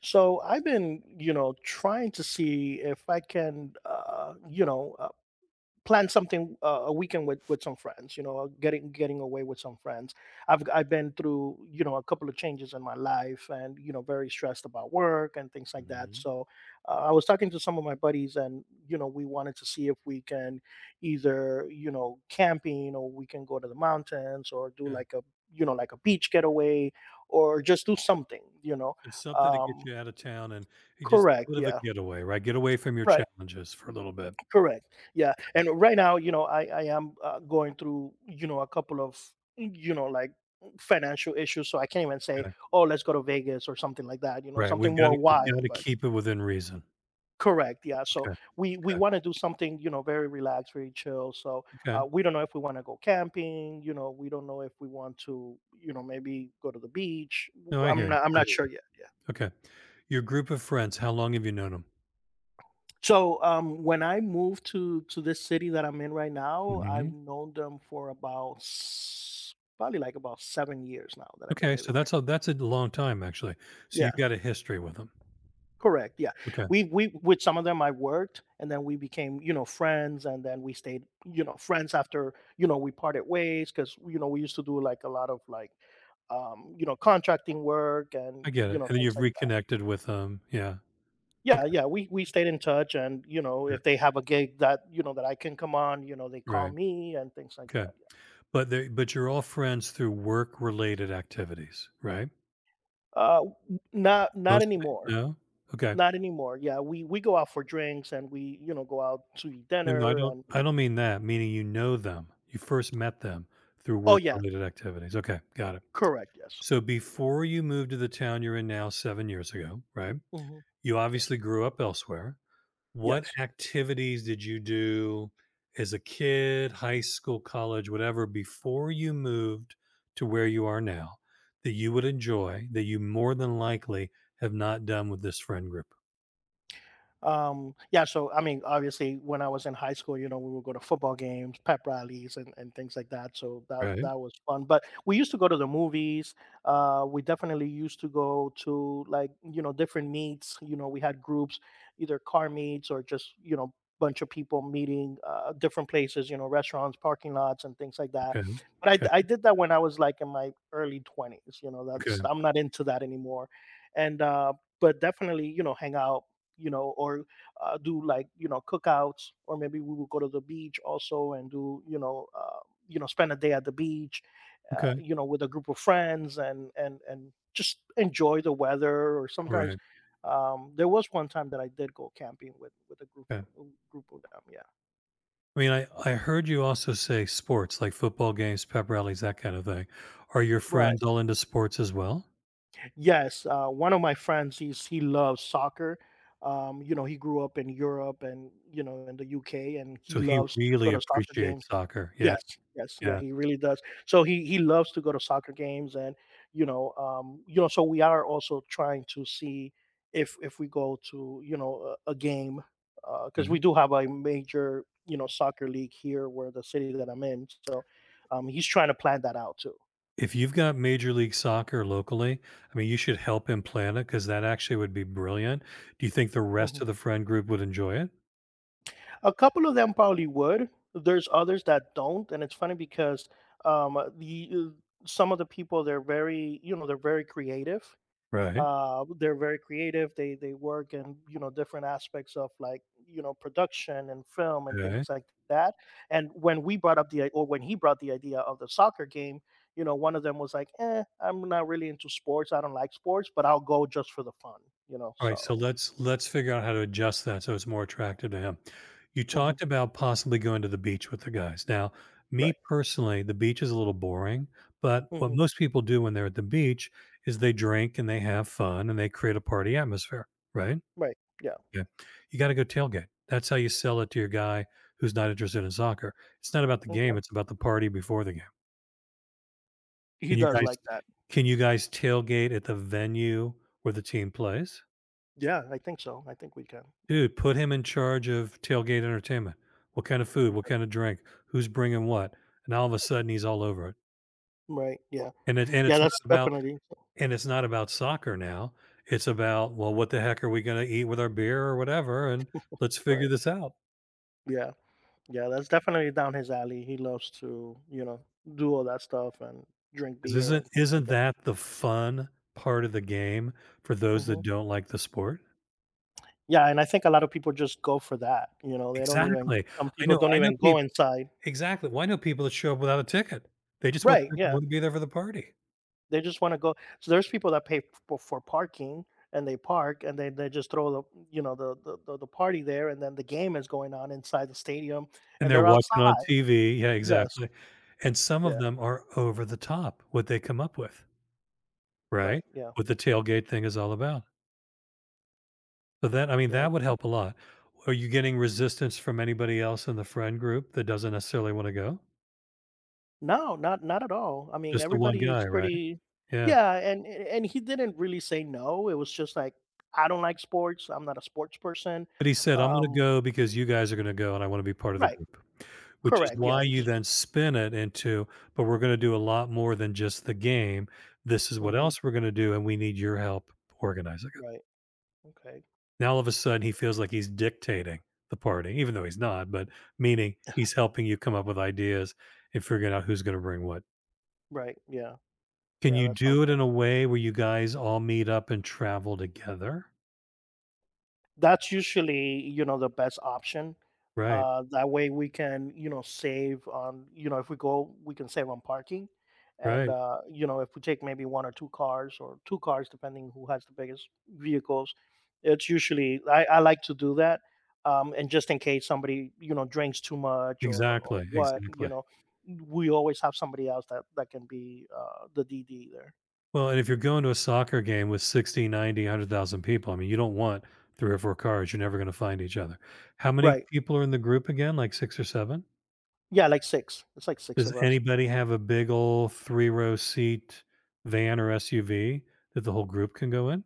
So I've been, trying to see if I can, plan something, a weekend with some friends. Getting away with some friends. I've been through, a couple of changes in my life, and very stressed about work and things like that. Mhm. So I was talking to some of my buddies, and we wanted to see if we can either, camping, or we can go to the mountains or do Okay. like a, like a beach getaway or just do something. It's something to get Um, you out of town, and you just a Correct, bit of a yeah. getaway, right? Get away from your Right, challenges for a little bit. correct. Yeah, Okay, and right now, I am, going through, a couple of, like, financial issues, so I can't even say, okay. "Oh, let's go to Vegas," or something like that, Right. something We've got more to we've got wild, to but keep it within reason. correct, yeah, so Okay, we okay, wanna do something, very relaxed, very chill, so, okay. We don't know if we wanna go camping, we don't know if we want to, maybe go to the beach. W No, I hear you. I'm I hear not you. sure yet, yeah. Okay. Your group of friends, how long have you known them? So when I moved to this city that I'm in right now, I've Mhm. known them for about probably like about 7 years now that I've been Okay, so living here. that's a long time actually. So you've Yeah, got a history with them. correct. Yeah, Okay, we with some of them I worked, and then we became friends, and then we stayed friends after we parted ways, because we used to do like a lot of like, contracting work, and I get it. And then things you've like reconnected with them. Yeah. yeah, Okay, yeah, we stayed in touch, and good. if they have a gig that that I can come on, they call Right. me and things like that. Okay. But they but you're all friends through work related activities, right? Uh, not Mostly? anymore, No? Okay. not anymore. Yeah, we go out for drinks, and we go out to eat No, no, I dinner, don't and I don't mean that, meaning you know them. You first met them through oh yeah, work-related activities. Okay, got it. correct, yes, So before you moved to the town you're in now 7 years ago, right? hmm You yes, obviously grew up elsewhere. What yes. activities did you do as a kid, high school, college, whatever, before you moved to where you are now that you would enjoy, that you more than likely have not done with this friend group? Yeah, so I mean, obviously, when I was in high school, we would go to football games, pep rallies, and things like that. So that Right? that was fun. But we used to go to the movies. We definitely used to go to like different meets. You know, we had groups, either car meets or just bunch of people meeting different places. You know, restaurants, parking lots, and things like that. Okay. But I d- Okay. I did that when I was like in my early twenties. You know, Okay. that's I'm not into that anymore. And but definitely, hang out, or do like cookouts, or maybe we will go to the beach also and do spend a day at the beach, Okay. With a group of friends, and just enjoy the weather. Or sometimes Right. There was one time that I did go camping with a group Okay. of, group of them. Yeah, I mean, I heard you also say sports, like football games, pep rallies, that kind of thing. Are your right. friends all into sports as well? Yes, one of my friends, he loves soccer. He grew up in Europe, and in the UK, and he So he loves to go really to soccer games. appreciates soccer. Yeah. Yes, yes, yeah, Yeah. he really does. So he loves to go to soccer games, and so we are also trying to see if we go to a game, because Mhm. we do have a major soccer league here where the city that I'm in. So he's trying to plan that out too. If you've got Major League Soccer locally, I mean, you should help him plan it because that actually would be brilliant. Do you think the rest Mhm. of the friend group would enjoy it? A couple of them probably would. There's others that don't, and it's funny because the some of the people, they're very they're very creative, Right. They're very creative, they work in different aspects of like production and film and Okay. things like that. And when we brought up the I- or when he brought the idea of the soccer game, one of them was like, "Eh, I'm not really into sports, I don't like sports, but I'll go just for the fun," Alright, so so let's figure out how to adjust that so it's more attractive to him. You mhm, talked about possibly going to the beach with the guys. Now, me right. personally, the beach is a little boring, but what Hmm. most people do when they're at the beach is they drink and they have fun and they create a party atmosphere, right? Right, yeah. Yeah. You gotta go tailgate. That's how you sell it to your guy who's not interested in soccer. It's not about the Okay, game, it's about the party before the game. he Can you does guys like that. can you guys tailgate at the venue where the team plays? Yeah, I think so, I think we can. Yeah, Dude, put him in charge of tailgate entertainment. What kind of food? What okay. kind of drink? Who's bringing what? And all of a sudden, he's all over it. Right, yeah. And it, and Yeah, it's that's not about definitely. and it's not about soccer now. It's about, well, what the heck are we going to eat with our beer or whatever? And let's Right, figure this out. yeah. Yeah, that's definitely down his alley. He loves to, do all that stuff and drink 'Cause beer and Isn't things like isn't that. that the fun part of the game for those Hmm. that don't like the sport? Yeah, and I think a lot of people just go for that. They don't even. Exactly. Some I people know. don't I know even go people. inside. Exactly. Well, I know people that show up without a ticket. They just want Right? Yeah, want to be there for the party. they just want to go. So there's people that pay for parking, and they park, and they just throw the party there, and then the game is going on inside the stadium, And and they're they're watching on outside. TV. Yeah, Yes. exactly. And some of Yeah. them are over the top, what they come up with, right? Right. Yeah. What the tailgate thing is all about. So that, I mean, Yeah, I that would could. help a lot. Are you getting resistance from anybody else in the friend group that doesn't necessarily want to go? No, not at all. I mean, Just the one everybody's guy, right? pretty Yeah. yeah, and he didn't really say no, it was just like, "I don't like sports, I'm not a sports person." But he said, I'm going to Um go because you guys are going to go and I want to be part of the Right, group, which is correct, yeah, why he you just then spin it into, but we're going to do a lot more than just the game. This is what mhm, else we're going to do. And we need your help organizing. right, okay, Now all of a sudden he feels like he's dictating the party, even though he's not, but meaning he's helping you come up with ideas and figuring out who's going to bring what. right, yeah, Can yeah, you that sounds do it in good. a way where you guys all meet up and travel together? That's usually the best option. Right. That way we can, save on, if we go we can save on parking, and Right. If we take maybe one or two cars, or two cars depending who has the biggest vehicles. It's usually I like to do that, and just in case somebody drinks too much, or Exactly. what, Exactly. We always have somebody else that can be the DD there. Well, and if you're going to a soccer game with 60, 90, 100,000 people, I mean, you don't want three or four cars. You're never going to find each other. How many Right, people are in the group again? Like six or seven? yeah, like six, it's like six Does of us. anybody have a big old 3-row seat van or SUV that the whole group can go in?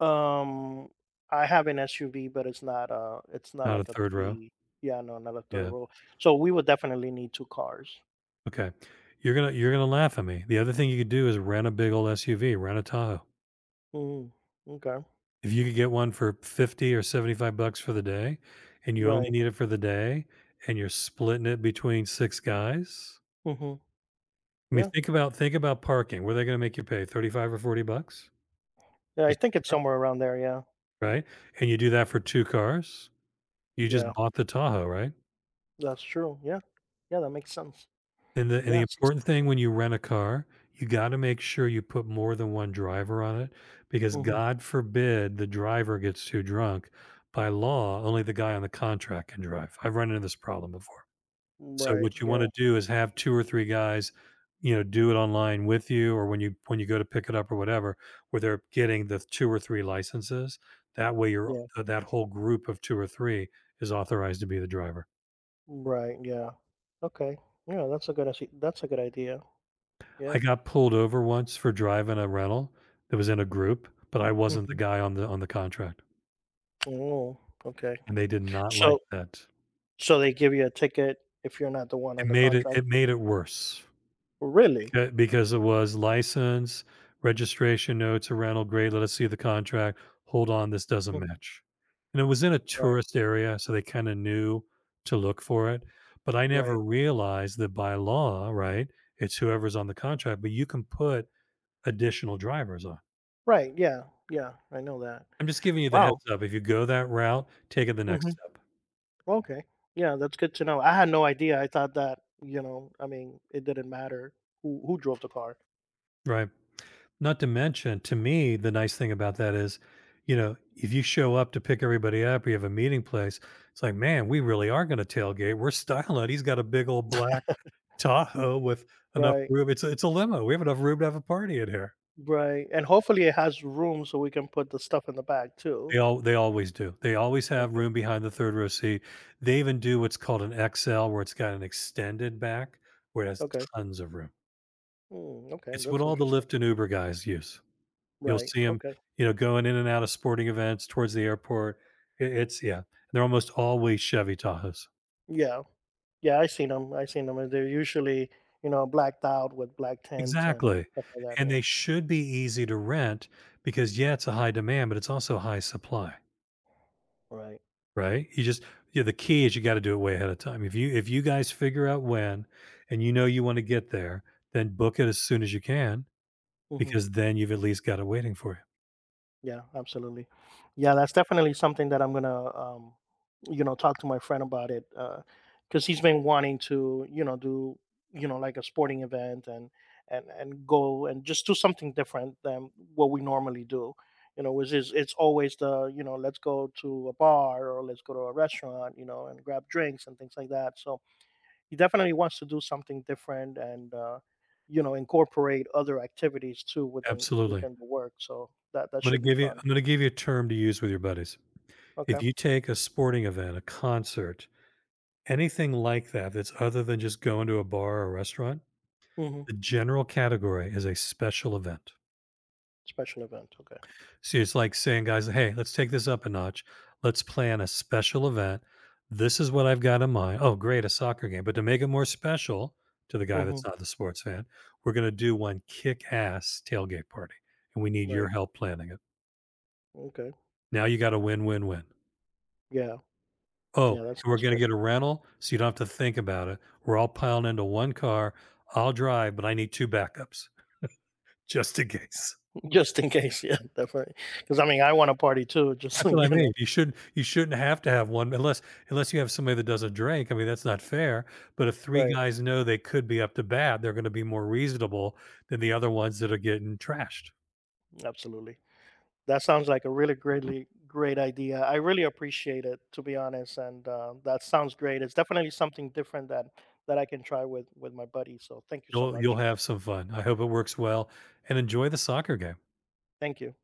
Um, I have an SUV, but it's not Not a like a 3rd row? three. Yeah, no, not a third Yeah, row. So we would definitely need two cars. okay. You're gonna laugh at me. The other thing you could do is rent a big old SUV, rent a Tahoe. Hmm. Okay. If you could get one for 50 or 75 bucks for the day, and you only Right. need it for the day, and you're splitting it between 6 guys, Hmm. I mean, Yeah. think about parking. What are they gonna make you pay, 35 or 40 bucks? Yeah, I Just think to it's park, somewhere around there. Yeah. right? And you do that for 2 cars. You just Yeah, bought the Tahoe, right? that's true. Yeah. Yeah, that makes sense. And the Yeah. six. important thing when you rent a car, you gotta make sure you put more than one driver on it because Mm-hmm. God forbid the driver gets too drunk. By law, only the guy on the contract can drive. I've run into this problem before. So Right. what you want Yeah. to do is have 2 or 3 guys, you know, do it online with you or when you go to pick it up or whatever, where they're getting the 2 or 3 licenses. That way you're Yeah. that whole group of 2 or 3 is authorized to be the driver. Right. Yeah. Okay. Yeah. That's a good idea. I Yeah. got pulled over once for driving a rental that was in a group, but I wasn't the Hmm. guy on the contract, Oh. Okay. and they did not like So that. so they give you a ticket if you're not the one It on the made it contract. it made it worse Really? because it was license, registration notes, a rental, great, let us see the contract. Hold on, this doesn't match. And it was in a Right, tourist area, so they kinda knew to look for it, but I never right. realized that by law, right, it's whoever's on the contract, but you can put additional drivers on. Right, yeah, yeah, I know that. I'm just giving you the Wow. heads up. If you go that route, take it the next Mhm, step. okay. Yeah, that's good to know. I had no idea. I thought that, I mean, it didn't matter who drove the car. Right. Not to mention, to me, the nice thing about that is, you know, if you show up to pick everybody up, you have a meeting place. It's like, man, we really are going to tailgate. We're styling it. He's got a big old black Tahoe with enough Right, room. It's a limo. We have enough room to have a party in here. right, and hopefully it has room so we can put the stuff in the bag too. They always do. They always have Okay, room behind the third row seat. They even do what's called an XL, where it's got an extended back, where it has okay. tons of room. Mm, okay, It's what that's all the interesting. Lyft and Uber guys use. You'll Right, see them, okay. you know, going in and out of sporting events towards the airport. I It's yeah, they're almost always Chevy Tahoes. Yeah, yeah, I seen them. I seen 'em, and they're usually, blacked out with black tents and Exactly, stuff like that, and yeah. they should be easy to rent because, yeah, it's a high demand, but it's also high supply, Right, right? You just Yeah, the key is you gotta do it way ahead of time. If you guys figure out when and you know you wanna get there, then book it as soon as you can mhm. because then you've at least got it waiting for you. Yeah, absolutely. Yeah, that's definitely something that I'm gonna, talk to my friend about it, because he's been wanting to, do, like a sporting event, and go and just do something different than what we normally do. Which is it's always the, let's go to a bar or let's go to a restaurant, and grab drinks and things like that. So he definitely wants to do something different, and, incorporate other activities too within Absolutely. within the work. So that I'm gonna should be give you fun. I'm gonna give you a term to use with your buddies. Okay. If you take a sporting event, a concert, anything like that that's other than just going to a bar or a restaurant, Mhm. the general category is a special event. Special event, okay. See, it's like saying, guys, hey, let's take this up a notch. Let's plan a special event. This is what I've got in mind. Oh, great, a soccer game. But to make it more special to the guy that's Mhm. not the sports fan, we're going to do one kick ass tailgate party. And we need your Right, help planning it. okay. Now you got a win win win. Yeah, Oh, yeah, that and we're sounds going to good. get a rental so you don't have to think about it. We're all piling into one car. I'll drive, but I need two backups, just in case. Just in case, yeah, definitely. Because I mean, I want a party too, just so That's what you I know. mean. You shouldn't have to have one unless you have somebody that doesn't drink. I mean, that's not fair. But if three Right, guys know they could be up to bat, they're going to be more reasonable than the other ones that are getting trashed. absolutely. That sounds like a really great idea. I really appreciate it, to be honest, and, that sounds great. It's definitely something different that I can try with my buddy, so thank you so You'll much. have some fun. I hope it works well and enjoy the soccer game. Thank you.